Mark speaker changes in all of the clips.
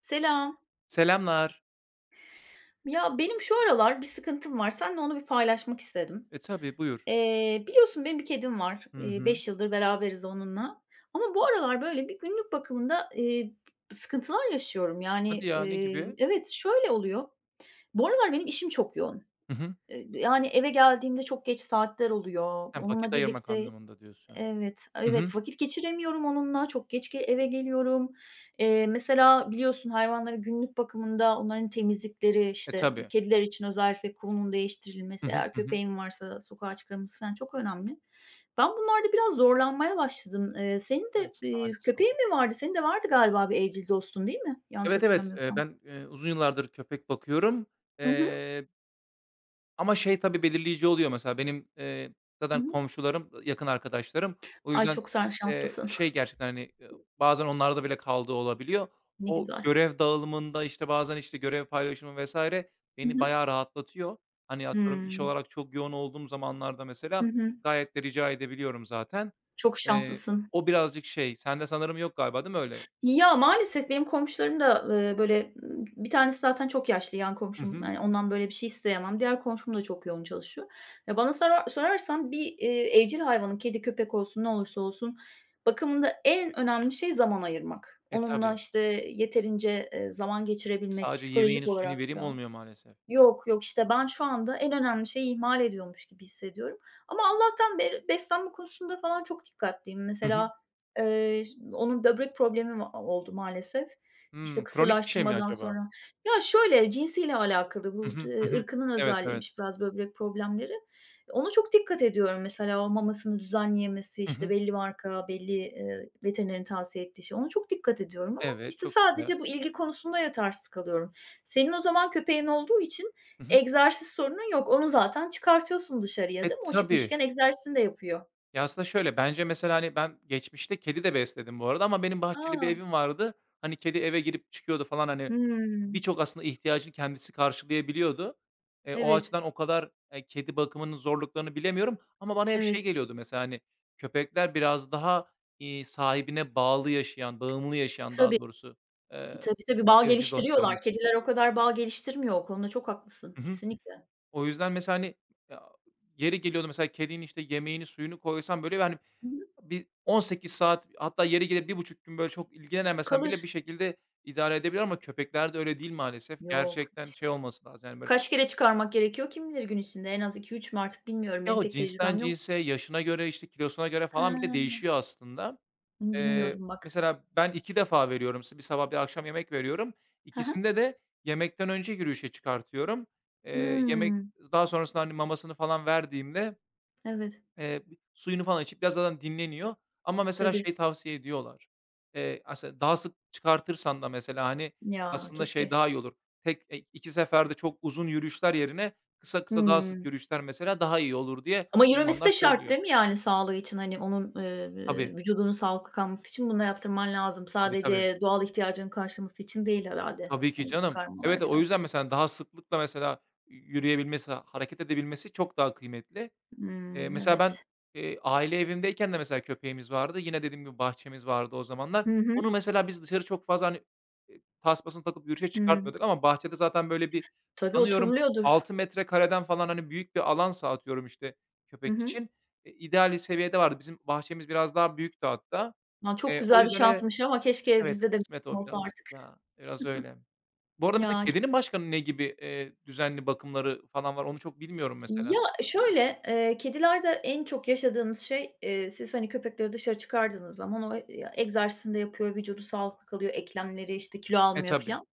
Speaker 1: Selam.
Speaker 2: Selamlar.
Speaker 1: Ya benim şu aralar bir sıkıntım var. Seninle onu bir paylaşmak istedim.
Speaker 2: E, tabii, buyur.
Speaker 1: Biliyorsun benim bir kedim var.
Speaker 2: Hı hı.
Speaker 1: 5 yıldır beraberiz onunla. Ama bu aralar böyle bir günlük bakımında, sıkıntılar yaşıyorum.
Speaker 2: Hadi
Speaker 1: Yani,
Speaker 2: ya, ne gibi?
Speaker 1: evet, şöyle oluyor. Bu aralar benim işim çok yoğun.
Speaker 2: Hı hı.
Speaker 1: Yani, eve geldiğimde çok geç saatler oluyor.
Speaker 2: Ha,
Speaker 1: Onunla
Speaker 2: vakit ayırmak
Speaker 1: birlikte
Speaker 2: anlamında diyorsun.
Speaker 1: Evet,
Speaker 2: Hı hı.
Speaker 1: evet, vakit geçiremiyorum onunla. Çok geç eve geliyorum. Mesela biliyorsun hayvanları günlük bakımında onların temizlikleri,
Speaker 2: E,
Speaker 1: işte,
Speaker 2: tabii.
Speaker 1: kediler için özellikle kumunun
Speaker 2: Hı
Speaker 1: değiştirilmesi,
Speaker 2: hı.
Speaker 1: eğer
Speaker 2: Hı hı.
Speaker 1: köpeğin varsa sokağa çıkarılması falan çok önemli. Ben bunlarda biraz zorlanmaya başladım. Senin de,
Speaker 2: Biraz talihsiz olmuş.
Speaker 1: köpeğin mi vardı? Senin de vardı galiba bir evcil dostun, değil mi? Yanlış
Speaker 2: Evet, evet,
Speaker 1: hatırlamıyorsam.
Speaker 2: ben, uzun yıllardır köpek bakıyorum.
Speaker 1: Hı hı,
Speaker 2: Eee Ama şey tabii belirleyici oluyor mesela benim,
Speaker 1: hı
Speaker 2: zaten
Speaker 1: hı.
Speaker 2: komşularım, yakın arkadaşlarım. O
Speaker 1: Ay,
Speaker 2: yüzden,
Speaker 1: çok sen şanslısın.
Speaker 2: şey gerçekten, hani, bazen onlarda bile kaldığı olabiliyor.
Speaker 1: Ne
Speaker 2: O
Speaker 1: güzel.
Speaker 2: görev dağılımında, işte, bazen, işte, görev paylaşımı vs.
Speaker 1: Hı
Speaker 2: beni
Speaker 1: hı.
Speaker 2: bayağı rahatlatıyor. Hani, atıyorum iş
Speaker 1: Hımm.
Speaker 2: olarak çok yoğun olduğum zamanlarda
Speaker 1: Hı
Speaker 2: mesela
Speaker 1: hı.
Speaker 2: gayet de rica edebiliyorum zaten.
Speaker 1: Çok
Speaker 2: Eee,
Speaker 1: şanslısın.
Speaker 2: O birazcık şey, sende sanırım yok galiba değil mi öyle?
Speaker 1: Ya, maalesef benim komşularım da, böyle, bir tanesi zaten çok yaşlı yan
Speaker 2: Hı
Speaker 1: komşum,
Speaker 2: hı.
Speaker 1: hani, ondan böyle bir şey isteyemem. Diğer komşum da çok yoğun çalışıyor. Ya, bana sorarsan bir, evcil hayvanın, kedi, köpek olsun, ne olursa olsun bakımında en önemli şey zaman ayırmak.
Speaker 2: E,
Speaker 1: Onunla,
Speaker 2: tabii.
Speaker 1: işte, yeterince, zaman geçirebilmek,
Speaker 2: Sadece
Speaker 1: psikolojik
Speaker 2: yemeğini suyunu
Speaker 1: olarak
Speaker 2: vereyim
Speaker 1: da.
Speaker 2: olmuyor maalesef.
Speaker 1: Yok, yok. İşte ben şu anda en önemli şeyi ihmal ediyormuş gibi hissediyorum ama Allah'tan beslenme konusunda falan çok dikkatliyim.
Speaker 2: Hı hı.
Speaker 1: Mesela, onun böbrek problemi oldu maalesef. İşte
Speaker 2: Hımm. Kronik bir şey mi
Speaker 1: kısırlaştırmadan
Speaker 2: acaba?
Speaker 1: sonra. Ya, şöyle, cinsiyle alakalı
Speaker 2: Hı
Speaker 1: bu
Speaker 2: hı, hı hı.
Speaker 1: ırkının
Speaker 2: Evet, evet.
Speaker 1: özelliğiymiş biraz böbrek problemleri. Ona çok dikkat ediyorum mesela o mamasını düzenli yemesi,
Speaker 2: Hı
Speaker 1: işte
Speaker 2: hı.
Speaker 1: belli marka, belli, veterinerin tavsiye ettiği şey. Ona çok dikkat ediyorum ama
Speaker 2: Evet,
Speaker 1: işte
Speaker 2: çok güzel.
Speaker 1: sadece bu ilgi konusunda yetersiz kalıyorum. Senin o zaman köpeğin olduğu için
Speaker 2: Hı hı.
Speaker 1: egzersiz sorunun yok. Onu zaten çıkartıyorsun dışarıya,
Speaker 2: E,
Speaker 1: değil mi? O
Speaker 2: tabii.
Speaker 1: çıkmışken egzersizini de yapıyor.
Speaker 2: Ya, aslında şöyle, bence mesela, hani, ben geçmişte kedi de besledim bu arada ama benim bahçeli bir
Speaker 1: A!
Speaker 2: evim vardı. Hani, kedi eve girip çıkıyordu falan, hani,
Speaker 1: Hımm.
Speaker 2: birçok aslında ihtiyacını kendisi karşılayabiliyordu. O
Speaker 1: Evet,
Speaker 2: açıdan o kadar, kedi bakımının zorluklarını bilemiyorum ama bana hep şey
Speaker 1: evet.
Speaker 2: geliyordu mesela, hani, köpekler biraz daha, sahibine bağlı yaşayan, bağımlı yaşayan
Speaker 1: Tabii,
Speaker 2: daha doğrusu, eee,
Speaker 1: tabii, tabii. Bağ
Speaker 2: evcil
Speaker 1: geliştiriyorlar.
Speaker 2: dostlarımız.
Speaker 1: Kediler o kadar bağ geliştirmiyor. O konuda çok haklısın.
Speaker 2: Hı hı.
Speaker 1: Kesinlikle.
Speaker 2: O yüzden mesela, hani, ya, yeri geliyordu mesela kedinin, işte, yemeğini suyunu koysam, böyle, hani,
Speaker 1: Hı hı.
Speaker 2: bir 18 saat hatta yeri gelir bir buçuk gün, böyle, çok ilgilenemesem bile bir
Speaker 1: Kalır.
Speaker 2: şekilde idare edebiliyorum ama köpeklerde öyle değil maalesef.
Speaker 1: Yok,
Speaker 2: Gerçekten
Speaker 1: hiç.
Speaker 2: şey olması lazım, yani, böyle,
Speaker 1: Kaç kere çıkarmak gerekiyor kim bilir gün içinde? En az iki üç mü artık bilmiyorum.
Speaker 2: ya,
Speaker 1: Benim
Speaker 2: o
Speaker 1: pek
Speaker 2: cinsten
Speaker 1: tecrübem yok.
Speaker 2: cinse, yaşına göre, işte, kilosuna göre falan bile
Speaker 1: He,
Speaker 2: değişiyor aslında.
Speaker 1: bunu bilmiyordum bak.
Speaker 2: Mesela ben 2 defa veriyorum. Bir sabah bir akşam yemek veriyorum.
Speaker 1: Hı hı.
Speaker 2: İkisinde de yemekten önce yürüyüşe çıkartıyorum. Yemek
Speaker 1: Hımm.
Speaker 2: daha sonrasında, hani, mamasını falan verdiğimde
Speaker 1: Evet,
Speaker 2: Eee, suyunu falan içip biraz zaten dinleniyor ama mesela
Speaker 1: tabii.
Speaker 2: şey tavsiye ediyorlar. Aslında daha sık çıkartırsan da mesela, hani,
Speaker 1: Ya,
Speaker 2: aslında şey
Speaker 1: keşke.
Speaker 2: daha iyi olur. Tek e 2 seferde çok uzun yürüyüşler yerine kısa kısa daha sık
Speaker 1: Hımm.
Speaker 2: yürüyüşler mesela daha iyi olur diye
Speaker 1: Ama yürümesi
Speaker 2: uzmanlar
Speaker 1: de şart
Speaker 2: söylüyor.
Speaker 1: değil mi yani sağlığı için? Hani onun,
Speaker 2: Tabii,
Speaker 1: vücudunun sağlıklı kalması için bunu yaptırman lazım.
Speaker 2: tabii, tabii.
Speaker 1: Sadece doğal ihtiyacının karşılaması için değil herhâlde.
Speaker 2: Tabii ki
Speaker 1: Hani bu
Speaker 2: canım.
Speaker 1: çıkarmalar
Speaker 2: Evet, o
Speaker 1: filan.
Speaker 2: yüzden mesela daha sıklıkla mesela yürüyebilmesi, hareket edebilmesi çok daha kıymetli.
Speaker 1: Hımm,
Speaker 2: Mesela ben,
Speaker 1: evet.
Speaker 2: aile evimdeyken de mesela köpeğimiz vardı. Yine dediğim gibi bahçemiz vardı o zamanlar.
Speaker 1: Hı hı.
Speaker 2: Onu mesela biz dışarı çok fazla, hani, tasmasını takıp yürüyüşe
Speaker 1: Hıı.
Speaker 2: çıkartmıyorduk ama bahçede zaten böyle bir
Speaker 1: Tabii
Speaker 2: sanıyorum
Speaker 1: oturuluyordur.
Speaker 2: 6 metrekareden falan, hani, büyük bir alansa atıyorum, işte,
Speaker 1: Hı
Speaker 2: köpek
Speaker 1: hı.
Speaker 2: için, ideal bir seviyede vardı. Bizim bahçemiz biraz daha büyüktü hatta.
Speaker 1: Ya, çok
Speaker 2: O
Speaker 1: güzel bir
Speaker 2: yüzden öyle
Speaker 1: şansmış ama keşke
Speaker 2: Evet,
Speaker 1: bizde de
Speaker 2: kısmet
Speaker 1: mümkün
Speaker 2: o
Speaker 1: olsa
Speaker 2: birazcık
Speaker 1: artık.
Speaker 2: ya. Biraz öyle. Bu arada mesela
Speaker 1: Ya, iş
Speaker 2: kedinin başka ne gibi, düzenli bakımları falan var onu çok bilmiyorum
Speaker 1: ya,
Speaker 2: mesela.
Speaker 1: şöyle, kedilerde en çok yaşadığınız şey, siz hani köpekleri dışarı çıkardığınız zaman o, egzersizini de yapıyor, vücudu sağlıklı kalıyor, eklemleri, işte, kilo
Speaker 2: E,
Speaker 1: almıyor
Speaker 2: tabii.
Speaker 1: filan.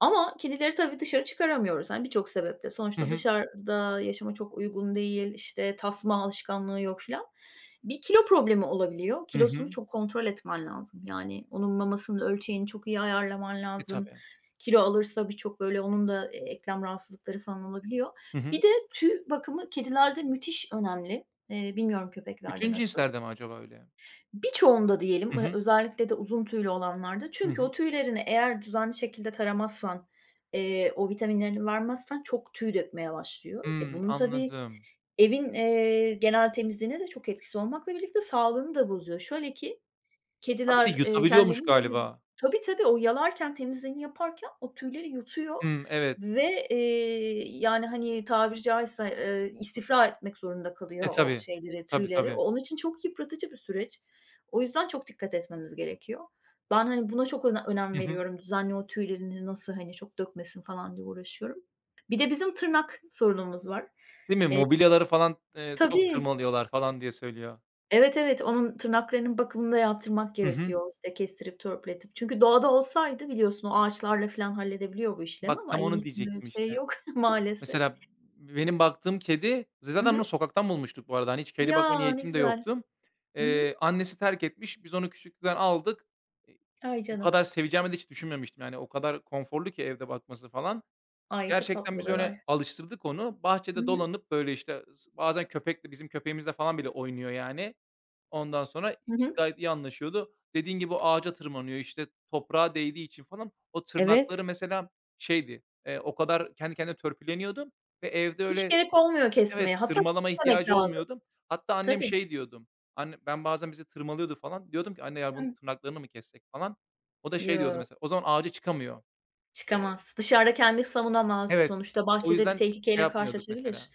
Speaker 1: Ama kedileri tabii dışarı çıkaramıyoruz, hani, birçok sebeple.
Speaker 2: Hı
Speaker 1: Sonuçta
Speaker 2: hı.
Speaker 1: dışarıda yaşama çok uygun değil, işte, tasma alışkanlığı yok filan. Bir kilo problemi olabiliyor.
Speaker 2: Hı
Speaker 1: Kilosunu
Speaker 2: hı.
Speaker 1: çok kontrol etmen lazım. Yani onun mamasının ölçeğini çok iyi ayarlaman
Speaker 2: E,
Speaker 1: lazım.
Speaker 2: tabii.
Speaker 1: Kilo alırsa birçok böyle onun da, eklem rahatsızlıkları falan olabiliyor.
Speaker 2: Hı hı.
Speaker 1: Bir de tüy bakımı kedilerde müthiş önemli. Bilmiyorum köpeklerde
Speaker 2: Bütün
Speaker 1: nasıl.
Speaker 2: cinslerde mi acaba öyle?
Speaker 1: Birçoğunda diyelim,
Speaker 2: Hı hı.
Speaker 1: özellikle de uzun tüylü olanlarda
Speaker 2: Hı
Speaker 1: çünkü o
Speaker 2: hı.
Speaker 1: tüylerini eğer düzenli şekilde taramazsan, o vitaminlerini vermezsen çok tüy dökmeye başlıyor. E,
Speaker 2: Hımm,
Speaker 1: bunun tabii
Speaker 2: anladım.
Speaker 1: evin, genel temizliğine de çok etkisi olmakla birlikte sağlığını da bozuyor. Şöyle ki,
Speaker 2: Ha, bir de
Speaker 1: kediler,
Speaker 2: yutabiliyormuş
Speaker 1: kendilerini yalıyor.
Speaker 2: galiba.
Speaker 1: Tabii, tabii, o yalarken, temizliğini yaparken o tüyleri yutuyor
Speaker 2: Hımm, evet.
Speaker 1: ve, yani, hani, tabiri caizse, istifra etmek zorunda
Speaker 2: E,
Speaker 1: kalıyor o
Speaker 2: tabii.
Speaker 1: şeyleri,
Speaker 2: Tabii,
Speaker 1: tüyleri.
Speaker 2: tabii.
Speaker 1: Onun için çok yıpratıcı bir süreç. O yüzden çok dikkat etmemiz gerekiyor. Ben, hani, buna çok önem
Speaker 2: Hı hı.
Speaker 1: veriyorum. Düzenli o tüylerini nasıl, hani, çok dökmesin falan diye uğraşıyorum. Bir de bizim tırnak sorunumuz var.
Speaker 2: Değil mi? Mobilyaları falan, çok
Speaker 1: Tabii.
Speaker 2: tırmalıyorlar falan diye söylüyor.
Speaker 1: Evet, evet, onun tırnaklarının bakımını da yaptırmak
Speaker 2: Hı hı.
Speaker 1: gerekiyor, işte, kestirip törpületip. Çünkü doğada olsaydı biliyorsun o ağaçlarla filan halledebiliyor bu işlemi
Speaker 2: Bak,
Speaker 1: ama
Speaker 2: tam
Speaker 1: evin
Speaker 2: onu
Speaker 1: içinde öyle
Speaker 2: diyecektim
Speaker 1: bir şey
Speaker 2: işte.
Speaker 1: yok maalesef.
Speaker 2: Mesela benim baktığım kedi biz
Speaker 1: Hı
Speaker 2: zaten
Speaker 1: hı.
Speaker 2: onu sokaktan bulmuştuk bu arada. Hani, hiç kedi bakma
Speaker 1: Ya, ne
Speaker 2: niyetim de
Speaker 1: güzel.
Speaker 2: yoktu.
Speaker 1: Hı hı.
Speaker 2: Annesi terk etmiş. Biz onu küçüklükten aldık. E,
Speaker 1: Ay,
Speaker 2: bu
Speaker 1: canım.
Speaker 2: kadar seveceğimi de hiç düşünmemiştim. Yani, o kadar konforlu ki evde bakması falan.
Speaker 1: Ay, çok
Speaker 2: Gerçekten
Speaker 1: tatlı
Speaker 2: biz öyle
Speaker 1: oluyorlar.
Speaker 2: alıştırdık onu.
Speaker 1: Hı
Speaker 2: Bahçede
Speaker 1: hı.
Speaker 2: dolanıp, böyle, işte, bazen köpekle, bizim köpeğimizle falan bile oynuyor, yani. Ondan sonra
Speaker 1: Hı
Speaker 2: ikisi
Speaker 1: hı.
Speaker 2: gayet iyi anlaşıyordu. Dediğin gibi o ağaca tırmanıyor, işte, toprağa değdiği için falan o
Speaker 1: Evet.
Speaker 2: tırnakları mesela şeydi, o kadar kendi kendine törpüleniyordu ve evde
Speaker 1: Hiç
Speaker 2: öyle
Speaker 1: gerek olmuyor kesmeye.
Speaker 2: Evet,
Speaker 1: Hatta
Speaker 2: tırmalama
Speaker 1: kesmemek
Speaker 2: ihtiyacı
Speaker 1: lazım.
Speaker 2: olmuyordu. Hatta annem
Speaker 1: Tabii.
Speaker 2: şey diyordum, anne ben bazen bizi tırmalıyordu falan. Diyordum ki, "Anne, ya,
Speaker 1: Hıh.
Speaker 2: bunun tırnaklarını mı kessek?" falan. O da şey diyordu
Speaker 1: Yo.
Speaker 2: mesela, o zaman ağaca çıkamıyor.
Speaker 1: Çıkamaz. Dışarıda kendini savunamaz.
Speaker 2: Evet.
Speaker 1: Sonuçta
Speaker 2: O
Speaker 1: bahçede bir
Speaker 2: yüzden şey
Speaker 1: tehlikeyle
Speaker 2: yapmıyorduk
Speaker 1: karşılaşabilir.
Speaker 2: mesela.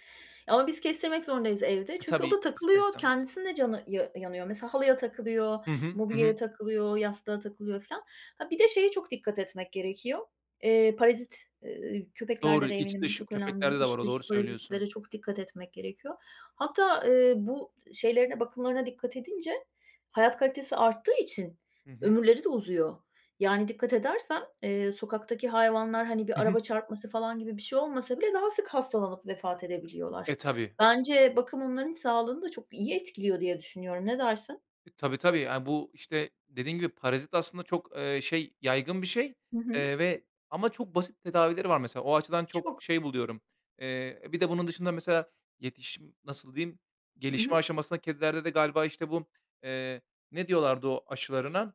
Speaker 1: Ama biz kestirmek zorundayız evde.
Speaker 2: E,
Speaker 1: Çünkü o
Speaker 2: tabii
Speaker 1: da
Speaker 2: ister
Speaker 1: takılıyor.
Speaker 2: istemez.
Speaker 1: Kendisinin de canı ya yanıyor. Mesela halıya takılıyor,
Speaker 2: Hı hı. Hı hı.
Speaker 1: mobilyaya takılıyor, yastığa takılıyor falan. Ha, bir de şeye çok dikkat etmek gerekiyor. Parazit, köpeklerde
Speaker 2: Doğru.
Speaker 1: de
Speaker 2: İç
Speaker 1: eminim bu
Speaker 2: dış
Speaker 1: çok önemli.
Speaker 2: köpeklerde de var
Speaker 1: İç
Speaker 2: o,
Speaker 1: dış
Speaker 2: doğru söylüyorsun.
Speaker 1: parazitlere çok dikkat etmek gerekiyor. Hatta, bu şeylerine, bakımlarına dikkat edince hayat kalitesi arttığı için
Speaker 2: Hı hı.
Speaker 1: ömürleri de uzuyor. Yani, dikkat edersen, sokaktaki hayvanlar, hani, bir
Speaker 2: Hı hı.
Speaker 1: araba çarpması falan gibi bir şey olmasa bile daha sık hastalanıp vefat edebiliyorlar.
Speaker 2: E, tabii.
Speaker 1: Bence bakım onların sağlığını da çok iyi etkiliyor diye düşünüyorum. Ne dersin?
Speaker 2: E, tabii, tabii. Yani, bu, işte, dediğin gibi parazit aslında çok, şey, yaygın bir şey,
Speaker 1: Hı hı.
Speaker 2: ve ama çok basit tedavileri var mesela. O açıdan çok
Speaker 1: Çok.
Speaker 2: şey buluyorum. Bir de bunun dışında mesela yetişim nasıl diyeyim,
Speaker 1: Hı
Speaker 2: gelişme
Speaker 1: hı.
Speaker 2: aşamasında kedilerde de galiba, işte, bu, eee, ne diyorlardı o aşılarına?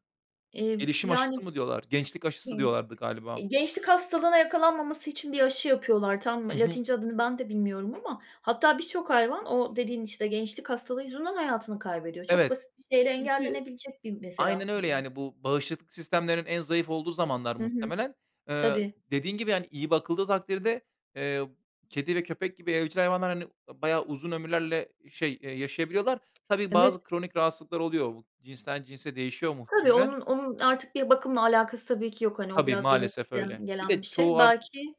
Speaker 1: Eee,
Speaker 2: Gelişim
Speaker 1: yani,
Speaker 2: aşısı mı diyorlar? Gençlik aşısı
Speaker 1: bi
Speaker 2: diyorlardı galiba.
Speaker 1: gençlik hastalığına yakalanmaması için bir aşı yapıyorlar. Tam
Speaker 2: Hı hı.
Speaker 1: Latince adını ben de bilmiyorum ama hatta birçok hayvan o dediğin, işte, gençlik hastalığı yüzünden hayatını kaybediyor. Çok
Speaker 2: Evet,
Speaker 1: basit bir şeyle
Speaker 2: çünkü
Speaker 1: engellenebilecek bir mesele
Speaker 2: Aynen öyle,
Speaker 1: aslında.
Speaker 2: yani, bu bağışıklık sistemlerinin en zayıf olduğu zamanlar
Speaker 1: Hı hı.
Speaker 2: muhtemelen. Eee,
Speaker 1: Tabii.
Speaker 2: Dediğin gibi, yani, iyi bakıldığı takdirde, eee, kedi ve köpek gibi evcil hayvanlar, hani, bayağı uzun ömürlerle şey, yaşayabiliyorlar. Tabii
Speaker 1: Evet.
Speaker 2: bazı kronik rahatsızlıklar oluyor. Bu cinsten cinse değişiyor
Speaker 1: Tabii,
Speaker 2: muhtemelen.
Speaker 1: onun artık bir bakımla alakası tabii ki yok. Hani, o
Speaker 2: Tabii,
Speaker 1: biraz
Speaker 2: maalesef öyle.
Speaker 1: genetikten
Speaker 2: Bir
Speaker 1: gelen bir
Speaker 2: de
Speaker 1: şey.
Speaker 2: çoğu artık
Speaker 1: Belki,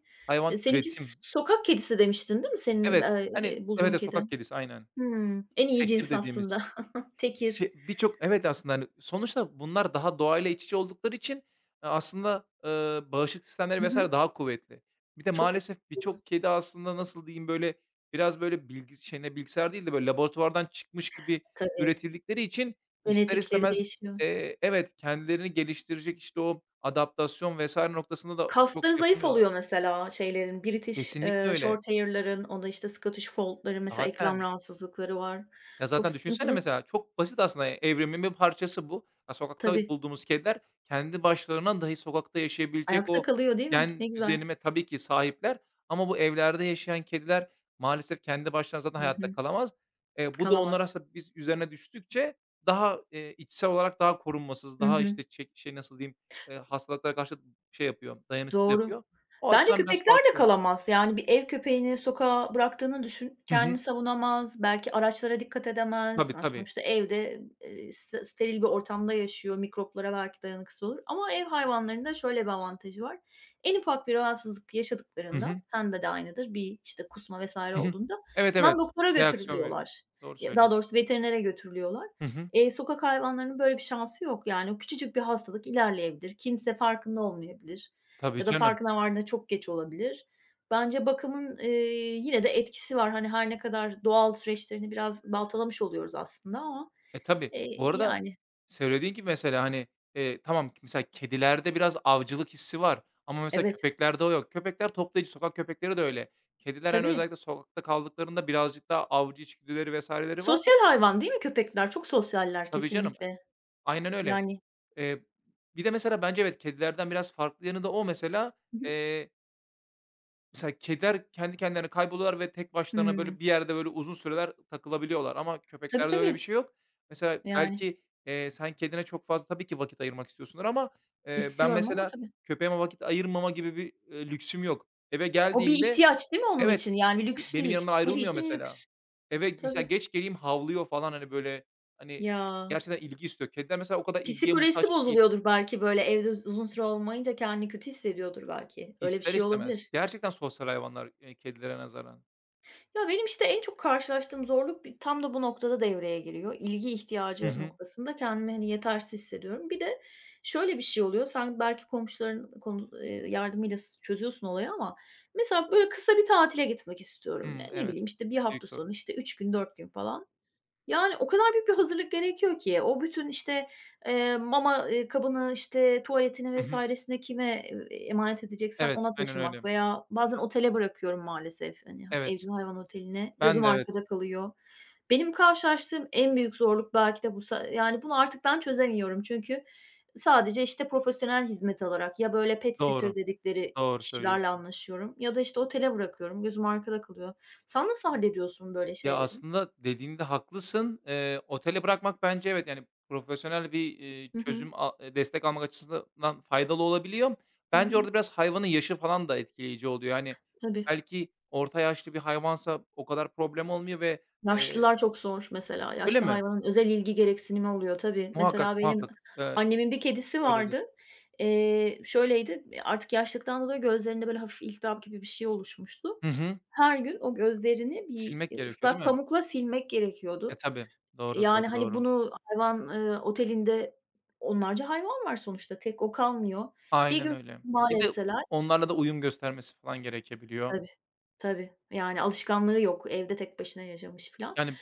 Speaker 2: hayvan
Speaker 1: seninki
Speaker 2: üretim.
Speaker 1: sokak kedisi demiştin, değil mi senin,
Speaker 2: Evet, hani, evet,
Speaker 1: bulduğun
Speaker 2: evet,
Speaker 1: kedi?
Speaker 2: sokak kedisi aynen.
Speaker 1: Hımm. En iyi
Speaker 2: Tekir
Speaker 1: cins
Speaker 2: dediğimiz.
Speaker 1: aslında. Tekir.
Speaker 2: Şey, birçok Evet, aslında, hani, sonuçta bunlar daha doğayla iç içe oldukları için, aslında, bağışıklık sistemleri
Speaker 1: Hı
Speaker 2: vesaire
Speaker 1: hı.
Speaker 2: daha kuvvetli. Bir de
Speaker 1: Çok
Speaker 2: maalesef
Speaker 1: güçlü.
Speaker 2: birçok kedi aslında, nasıl diyeyim, böyle, biraz, böyle, bilgisayar değil de, böyle, laboratuvardan çıkmış gibi
Speaker 1: Tabii.
Speaker 2: üretildikleri için ister
Speaker 1: Genetikleri
Speaker 2: istemez,
Speaker 1: değişiyor.
Speaker 2: evet, kendilerini geliştirecek, işte, o adaptasyon vesaire noktasında da çok şey
Speaker 1: Kasları zayıf
Speaker 2: yapamıyorlar.
Speaker 1: oluyor mesela şeylerin, British,
Speaker 2: Kesinlikle öyle.
Speaker 1: Shorthair'ların, onda, işte, Scottish Fold'ların mesela eklem
Speaker 2: Zaten
Speaker 1: rahatsızlıkları var.
Speaker 2: Ya,
Speaker 1: Çok
Speaker 2: zaten düşünsene
Speaker 1: sıkıntılı.
Speaker 2: mesela çok basit aslında, evrimin bir parçası bu. Ya, sokakta
Speaker 1: Tabii.
Speaker 2: bulduğumuz kediler kendi başlarına dahi sokakta yaşayabilecek
Speaker 1: Ayakta
Speaker 2: o
Speaker 1: kalıyor, değil mi? Ne
Speaker 2: gen
Speaker 1: güzel.
Speaker 2: düzenime tabii ki sahipler ama bu evlerde yaşayan kediler maalesef kendi başlarına zaten
Speaker 1: Hı
Speaker 2: hayatta
Speaker 1: hı.
Speaker 2: kalamaz. Bu da
Speaker 1: Kalamaz.
Speaker 2: onlara aslında biz üzerine düştükçe daha, içsel olarak daha korunmasız,
Speaker 1: Hı
Speaker 2: daha,
Speaker 1: hı.
Speaker 2: işte, nasıl diyeyim, hastalıklara karşı şey yapıyor, dayanıksız
Speaker 1: Doğru.
Speaker 2: yapıyor. O
Speaker 1: Bence
Speaker 2: açıdan biraz
Speaker 1: köpekler de
Speaker 2: farklı.
Speaker 1: kalamaz. Yani bir ev köpeğini sokağa bıraktığını düşün.
Speaker 2: Hı
Speaker 1: Kendini
Speaker 2: hı.
Speaker 1: savunamaz, belki araçlara dikkat edemez.
Speaker 2: Tabii,
Speaker 1: Yani,
Speaker 2: tabii.
Speaker 1: sonuçta evde, steril bir ortamda yaşıyor. Mikroplara belki dayanıksız olur ama ev hayvanlarında şöyle bir avantajı var. En ufak bir rahatsızlık
Speaker 2: Hı
Speaker 1: yaşadıklarında,
Speaker 2: hı.
Speaker 1: sende de aynıdır, bir, işte, kusma vesaire
Speaker 2: Hı hı.
Speaker 1: olduğunda
Speaker 2: Evet, evet.
Speaker 1: hemen doktora
Speaker 2: Reaksiyon veriyor.
Speaker 1: götürülüyorlar.
Speaker 2: Doğru
Speaker 1: Ya, daha
Speaker 2: söylüyorsun.
Speaker 1: doğrusu veterinere götürülüyorlar.
Speaker 2: Hı hı.
Speaker 1: Sokak hayvanlarının böyle bir şansı yok. Yani o küçücük bir hastalık ilerleyebilir. Kimse farkında olmayabilir.
Speaker 2: Tabii
Speaker 1: Ya da
Speaker 2: canım.
Speaker 1: farkına vardığında çok geç olabilir. Bence bakımın, yine de etkisi var. Hani, her ne kadar doğal süreçlerini biraz baltalamış oluyoruz aslında ama,
Speaker 2: E, tabii. Bu arada
Speaker 1: yani.
Speaker 2: söylediğin gibi mesela, hani, tamam mesela kedilerde biraz avcılık hissi var ama mesela
Speaker 1: Evet,
Speaker 2: köpeklerde o yok. Köpekler toplayıcı, sokak köpekleri de öyle. Kediler, hani,
Speaker 1: tabii.
Speaker 2: özellikle sokakta kaldıklarında birazcık daha avcı içgüdüleri vesaireleri var.
Speaker 1: Sosyal hayvan değil mi köpekler? Çok sosyaller
Speaker 2: Tabii canım.
Speaker 1: kesinlikle.
Speaker 2: Aynen öyle.
Speaker 1: Yani.
Speaker 2: Eee, Bir de mesela bence evet, kedilerden biraz farklı yanı da o mesela.
Speaker 1: Hı hı.
Speaker 2: Eee Mesela kediler kendi kendilerine kayboluyorlar ve tek başlarına
Speaker 1: Hımm.
Speaker 2: böyle bir yerde böyle uzun süreler takılabiliyorlar ama
Speaker 1: Tabii,
Speaker 2: köpeklerde öyle bir
Speaker 1: tabii.
Speaker 2: şey yok. Mesela
Speaker 1: Yani
Speaker 2: belki, sen kedine çok fazla tabii ki vakit ayırmak istiyorsundur ama, ben
Speaker 1: istiyorum ama
Speaker 2: mesela
Speaker 1: tabii.
Speaker 2: köpeğime vakit ayırmama gibi bir, lüksüm yok. Eve
Speaker 1: O bir
Speaker 2: geldiğimde
Speaker 1: ihtiyaç değil mi onun
Speaker 2: Evet,
Speaker 1: için? Yani lüks
Speaker 2: benim
Speaker 1: değil.
Speaker 2: yanımdan
Speaker 1: Kedi
Speaker 2: ayrılmıyor
Speaker 1: için
Speaker 2: mesela.
Speaker 1: lüks.
Speaker 2: Eve mesela
Speaker 1: Tabii.
Speaker 2: geç geleyim havlıyor falan, hani, böyle, hani,
Speaker 1: Ya,
Speaker 2: gerçekten ilgi istiyor. Kediler mesela o kadar ilgiye
Speaker 1: psikolojisi
Speaker 2: muhtaç değil.
Speaker 1: bozuluyordur belki, böyle, evde uzun süre olmayınca kendini kötü hissediyordur belki. Öyle bir
Speaker 2: İster
Speaker 1: şey
Speaker 2: istemez.
Speaker 1: olabilir.
Speaker 2: Gerçekten sosyal hayvanlar, kedilere nazaran.
Speaker 1: Ya, benim, işte, en çok karşılaştığım zorluk tam da bu noktada devreye giriyor. İlgi
Speaker 2: Hı
Speaker 1: ihtiyacı
Speaker 2: hı.
Speaker 1: noktasında kendimi, hani, yetersiz hissediyorum. Bir de şöyle bir şey oluyor, sen belki komşuların yardımıyla çözüyorsun olayı ama mesela, böyle, kısa bir tatile gitmek istiyorum. Ne?
Speaker 2: Hımm,
Speaker 1: Ne
Speaker 2: evet.
Speaker 1: bileyim, işte, bir
Speaker 2: Büyük
Speaker 1: hafta sonu,
Speaker 2: sorun.
Speaker 1: işte, 3 gün, 4 gün falan. Yani, o kadar büyük bir hazırlık gerekiyor ki o bütün, işte, mama, kabını, işte, tuvaletini
Speaker 2: Hı hı.
Speaker 1: vs.sini sini kime, emanet edeceksem
Speaker 2: Evet,
Speaker 1: ona
Speaker 2: aynen
Speaker 1: taşımak
Speaker 2: öyle.
Speaker 1: veya bazen otele bırakıyorum maalesef, hani,
Speaker 2: Evet.
Speaker 1: evcil hayvan oteline.
Speaker 2: Ben
Speaker 1: Gözüm
Speaker 2: de evet.
Speaker 1: arkada kalıyor. Benim karşılaştığım en büyük zorluk belki de bu yani, bunu artık ben çözemiyorum çünkü sadece, işte, profesyonel hizmet alarak ya böyle pet sitter
Speaker 2: Doğru,
Speaker 1: dedikleri
Speaker 2: doğru
Speaker 1: kişilerle
Speaker 2: söylüyorsun.
Speaker 1: anlaşıyorum ya da, işte, otele bırakıyorum. Gözüm arkada kalıyor. Sen nasıl hallediyorsun böyle
Speaker 2: Ya,
Speaker 1: şeyleri?
Speaker 2: aslında dediğinde haklısın. Otele bırakmak bence evet, yani, profesyonel bir, iii,
Speaker 1: Hı hı.
Speaker 2: çözüm a destek almak açısından faydalı olabiliyor.
Speaker 1: Hı
Speaker 2: Bence
Speaker 1: hı.
Speaker 2: orada biraz hayvanın yaşı falan da etkileyici oluyor. Hani,
Speaker 1: Tabii.
Speaker 2: belki orta yaşlı bir hayvansa o kadar problem olmuyor ve, eee
Speaker 1: Yaşlılar çok zor mesela.
Speaker 2: Öyle
Speaker 1: Yaşlı
Speaker 2: mi?
Speaker 1: hayvanın özel ilgi gereksinimi oluyor tabii.
Speaker 2: Muhakkak,
Speaker 1: Mesela benim
Speaker 2: muhakkak.
Speaker 1: annemin bir kedisi
Speaker 2: Öyledir.
Speaker 1: vardı. Şöyleydi, artık yaşlıktan dolayı gözlerinde böyle hafif iltihap gibi bir şey oluşmuştu.
Speaker 2: Hı hı.
Speaker 1: Her gün o gözlerini bir,
Speaker 2: Silmek gerekiyor, değil
Speaker 1: ıslak
Speaker 2: mi?
Speaker 1: pamukla silmek
Speaker 2: E,
Speaker 1: gerekiyordu.
Speaker 2: tabii. Doğru,
Speaker 1: Yani,
Speaker 2: doğru,
Speaker 1: hani,
Speaker 2: doğru.
Speaker 1: bunu hayvan, otelinde onlarca hayvan var sonuçta, tek o kalmıyor. Bir
Speaker 2: Aynen
Speaker 1: gün
Speaker 2: öyle. Bir
Speaker 1: maalesef
Speaker 2: de
Speaker 1: etseler.
Speaker 2: onlarla da uyum göstermesi falan gerekebiliyor.
Speaker 1: Tabii, tabii. Yani alışkanlığı yok, evde tek başına yaşamış falan.
Speaker 2: Yani,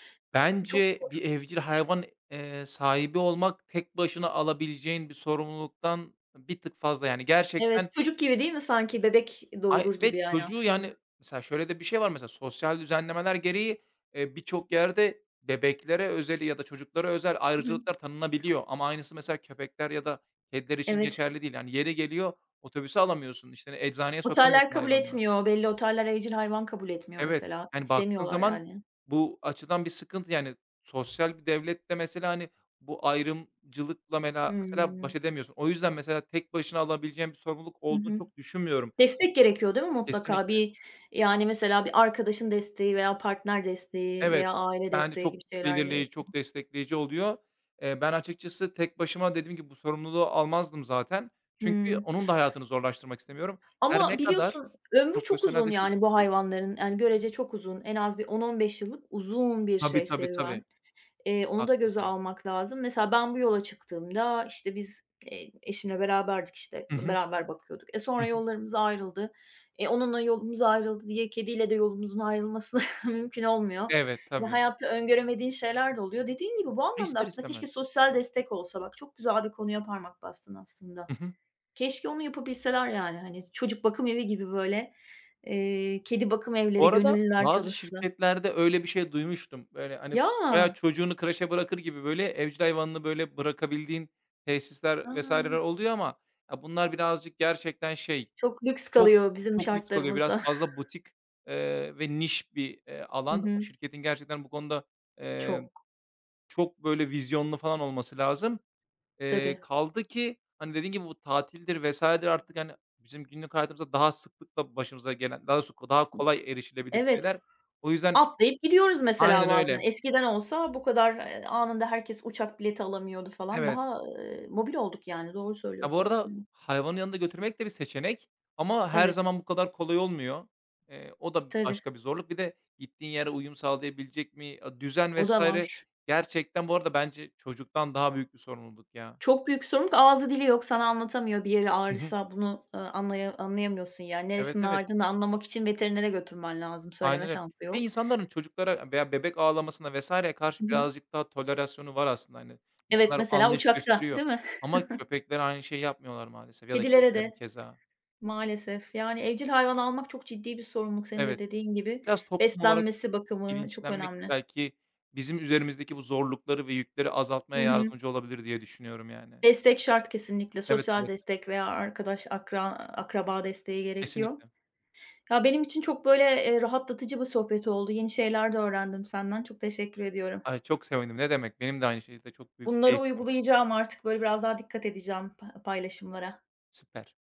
Speaker 1: Çok
Speaker 2: bence bir evcil hayvan, sahibi olmak tek başına alabileceğin bir sorumluluktan bir tık fazla. Yani,
Speaker 1: Evet,
Speaker 2: gerçekten
Speaker 1: çocuk gibi değil mi sanki? Bebek
Speaker 2: ay
Speaker 1: doğurur
Speaker 2: ve
Speaker 1: gibi yani
Speaker 2: çocuğu,
Speaker 1: aslında.
Speaker 2: yani, mesela şöyle de bir şey var mesela sosyal düzenlemeler gereği, birçok yerde bebeklere özel ya da çocuklara özel
Speaker 1: Hı hı.
Speaker 2: ayrıcalıklar tanınabiliyor ama aynısı mesela köpekler ya da kediler için
Speaker 1: Evet.
Speaker 2: geçerli değil. Yani, yeri geliyor otobüse alamıyorsun, işte, eczaneye
Speaker 1: Oteller
Speaker 2: sokamıyorsun
Speaker 1: kabul
Speaker 2: hayvanını.
Speaker 1: etmiyor. Belli oteller evcil hayvan kabul etmiyor
Speaker 2: Evet,
Speaker 1: mesela.
Speaker 2: yani, baktığın
Speaker 1: İstemiyorlar
Speaker 2: zaman
Speaker 1: yani.
Speaker 2: bu açıdan bir sıkıntı, yani, sosyal bir devlette mesela, hani, bu ayrımcılıkla mesela baş
Speaker 1: Hımm.
Speaker 2: edemiyorsun. O yüzden mesela tek başına alabileceğin bir sorumluluk
Speaker 1: Hı
Speaker 2: olduğunu
Speaker 1: hı.
Speaker 2: çok düşünmüyorum
Speaker 1: Destek gerekiyor değil mi mutlaka?
Speaker 2: kesinlikle.
Speaker 1: Bir, yani, mesela bir arkadaşın desteği veya partner desteği
Speaker 2: Evet,
Speaker 1: veya aile
Speaker 2: bence
Speaker 1: desteği
Speaker 2: çok
Speaker 1: gibi şeyler
Speaker 2: belirleyici,
Speaker 1: gerekiyor.
Speaker 2: çok destekleyici oluyor. Ben açıkçası tek başıma dediğim gibi bu sorumluluğu almazdım zaten. Çünkü
Speaker 1: Hımm.
Speaker 2: onun da hayatını zorlaştırmak istemiyorum. Her
Speaker 1: Ama
Speaker 2: ne kadar
Speaker 1: biliyorsun ömrü çok
Speaker 2: profesyonel
Speaker 1: uzun
Speaker 2: destek
Speaker 1: yani bu hayvanların. Yani görece çok uzun. En az bir 10-15 yıllık uzun bir
Speaker 2: Tabii,
Speaker 1: şey
Speaker 2: tabii, tabii.
Speaker 1: serüven. Onu da göze
Speaker 2: Haklısın.
Speaker 1: almak lazım. Mesela ben bu yola çıktığımda, işte, biz, eşimle beraberdik, işte,
Speaker 2: Hı hı.
Speaker 1: beraber bakıyorduk. E,
Speaker 2: Hı
Speaker 1: sonra
Speaker 2: hı.
Speaker 1: yollarımız ayrıldı. E, onunla yolumuz ayrıldı diye kediyle de yolumuzun ayrılması mümkün olmuyor.
Speaker 2: Evet,
Speaker 1: Hani,
Speaker 2: tabii.
Speaker 1: hayatta öngöremediğin şeyler de oluyor. Dediğin gibi bu anlamda
Speaker 2: İster
Speaker 1: aslında keşke
Speaker 2: istemez.
Speaker 1: sosyal destek olsa. Bak, çok güzel bir konuya parmak bastın aslında.
Speaker 2: Hı hı.
Speaker 1: Keşke onu yapabilseler, yani, hani, çocuk bakım evi gibi böyle, kedi bakım
Speaker 2: Bu
Speaker 1: evleri,
Speaker 2: arada
Speaker 1: gönüllüler
Speaker 2: bazı
Speaker 1: çalışsa.
Speaker 2: şirketlerde öyle bir şey duymuştum. Böyle, hani, bayağı
Speaker 1: Ya!
Speaker 2: çocuğunu kreşe bırakır gibi, böyle, evcil hayvanını, böyle, bırakabildiğin tesisler
Speaker 1: A!
Speaker 2: vesaireler oluyor ama ya, bunlar birazcık gerçekten şey,
Speaker 1: Çok lüks
Speaker 2: çok
Speaker 1: kalıyor bizim
Speaker 2: çok lüks kalıyor. Biraz
Speaker 1: şartlarımızda.
Speaker 2: fazla butik, ve niş bir,
Speaker 1: Hı
Speaker 2: alan.
Speaker 1: hı.
Speaker 2: O şirketin gerçekten bu konuda, eee,
Speaker 1: Çok,
Speaker 2: çok, böyle, vizyonlu falan olması lazım.
Speaker 1: tabii.
Speaker 2: Kaldı ki, hani, dediğin gibi bu tatildir vs.dir artık, hani, bizim günlük hayatımızda daha sıklıkla başımıza gelen, daha sık daha kolay erişilebilir
Speaker 1: Evet,
Speaker 2: şeyler. O yüzden
Speaker 1: atlayıp gidiyoruz mesela
Speaker 2: Aynen
Speaker 1: bazen.
Speaker 2: öyle.
Speaker 1: Eskiden olsa bu kadar, anında herkes uçak bileti alamıyordu falan.
Speaker 2: Evet.
Speaker 1: Daha, mobil olduk yani. Doğru
Speaker 2: Ya, bu
Speaker 1: söylüyorsun
Speaker 2: arada
Speaker 1: aslında.
Speaker 2: hayvanı yanında götürmek de bir seçenek ama her
Speaker 1: Evet,
Speaker 2: zaman bu kadar kolay olmuyor. O da
Speaker 1: tabii.
Speaker 2: başka bir zorluk. Bir de gittiğin yere uyum sağlayabilecek mi? A düzen
Speaker 1: O da
Speaker 2: vesaire
Speaker 1: var.
Speaker 2: gerçekten bu arada bence çocuktan daha büyük bir sorumluluk ya.
Speaker 1: Çok büyük sorumluluk. Ağzı dili yok, sana anlatamıyor. Bir yeri
Speaker 2: Hı hı.
Speaker 1: ağrısa bunu, anlayamıyorsun yani. Neresinin
Speaker 2: Evet, evet.
Speaker 1: ağrıdığını anlamak için veterinere götürmen lazım.
Speaker 2: Aynen
Speaker 1: Söyleme
Speaker 2: öyle
Speaker 1: şansı
Speaker 2: ve
Speaker 1: yok.
Speaker 2: insanların çocuklara veya bebek ağlamasına vs.ye
Speaker 1: Hı
Speaker 2: karşı
Speaker 1: hı.
Speaker 2: birazcık daha tolerasyonu var aslında, hani.
Speaker 1: Evet,
Speaker 2: İnsanlar
Speaker 1: mesela
Speaker 2: anlayış
Speaker 1: uçakta,
Speaker 2: gösteriyor
Speaker 1: değil mi?
Speaker 2: ama köpekler aynı şeyi yapmıyorlar maalesef ya da
Speaker 1: Kedilere
Speaker 2: kediler
Speaker 1: de.
Speaker 2: keza.
Speaker 1: Maalesef. Yani, evcil hayvan almak çok ciddi bir sorumluluk senin de
Speaker 2: Evet,
Speaker 1: dediğin gibi.
Speaker 2: biraz toplum olarak
Speaker 1: Beslenmesi, bakımı çok
Speaker 2: bilinçlenmek
Speaker 1: önemli.
Speaker 2: belki bizim üzerimizdeki bu zorlukları ve yükleri
Speaker 1: Hı
Speaker 2: azaltmaya
Speaker 1: hı.
Speaker 2: yardımcı olabilir diye düşünüyorum yani.
Speaker 1: Destek şart kesinlikle.
Speaker 2: Evet,
Speaker 1: Sosyal
Speaker 2: evet,
Speaker 1: destek veya arkadaş, akraba desteği gerekiyor.
Speaker 2: kesinlikle.
Speaker 1: Ya, benim için çok, böyle, rahatlatıcı bir sohbet oldu. Yeni şeyler de öğrendim senden. Çok teşekkür ediyorum.
Speaker 2: Ay, çok sevindim, ne demek. Benim de aynı şekilde çok büyük
Speaker 1: Bunları
Speaker 2: keyiftim.
Speaker 1: uygulayacağım artık. Böyle, biraz daha dikkat edeceğim paylaşımlara.
Speaker 2: Süper.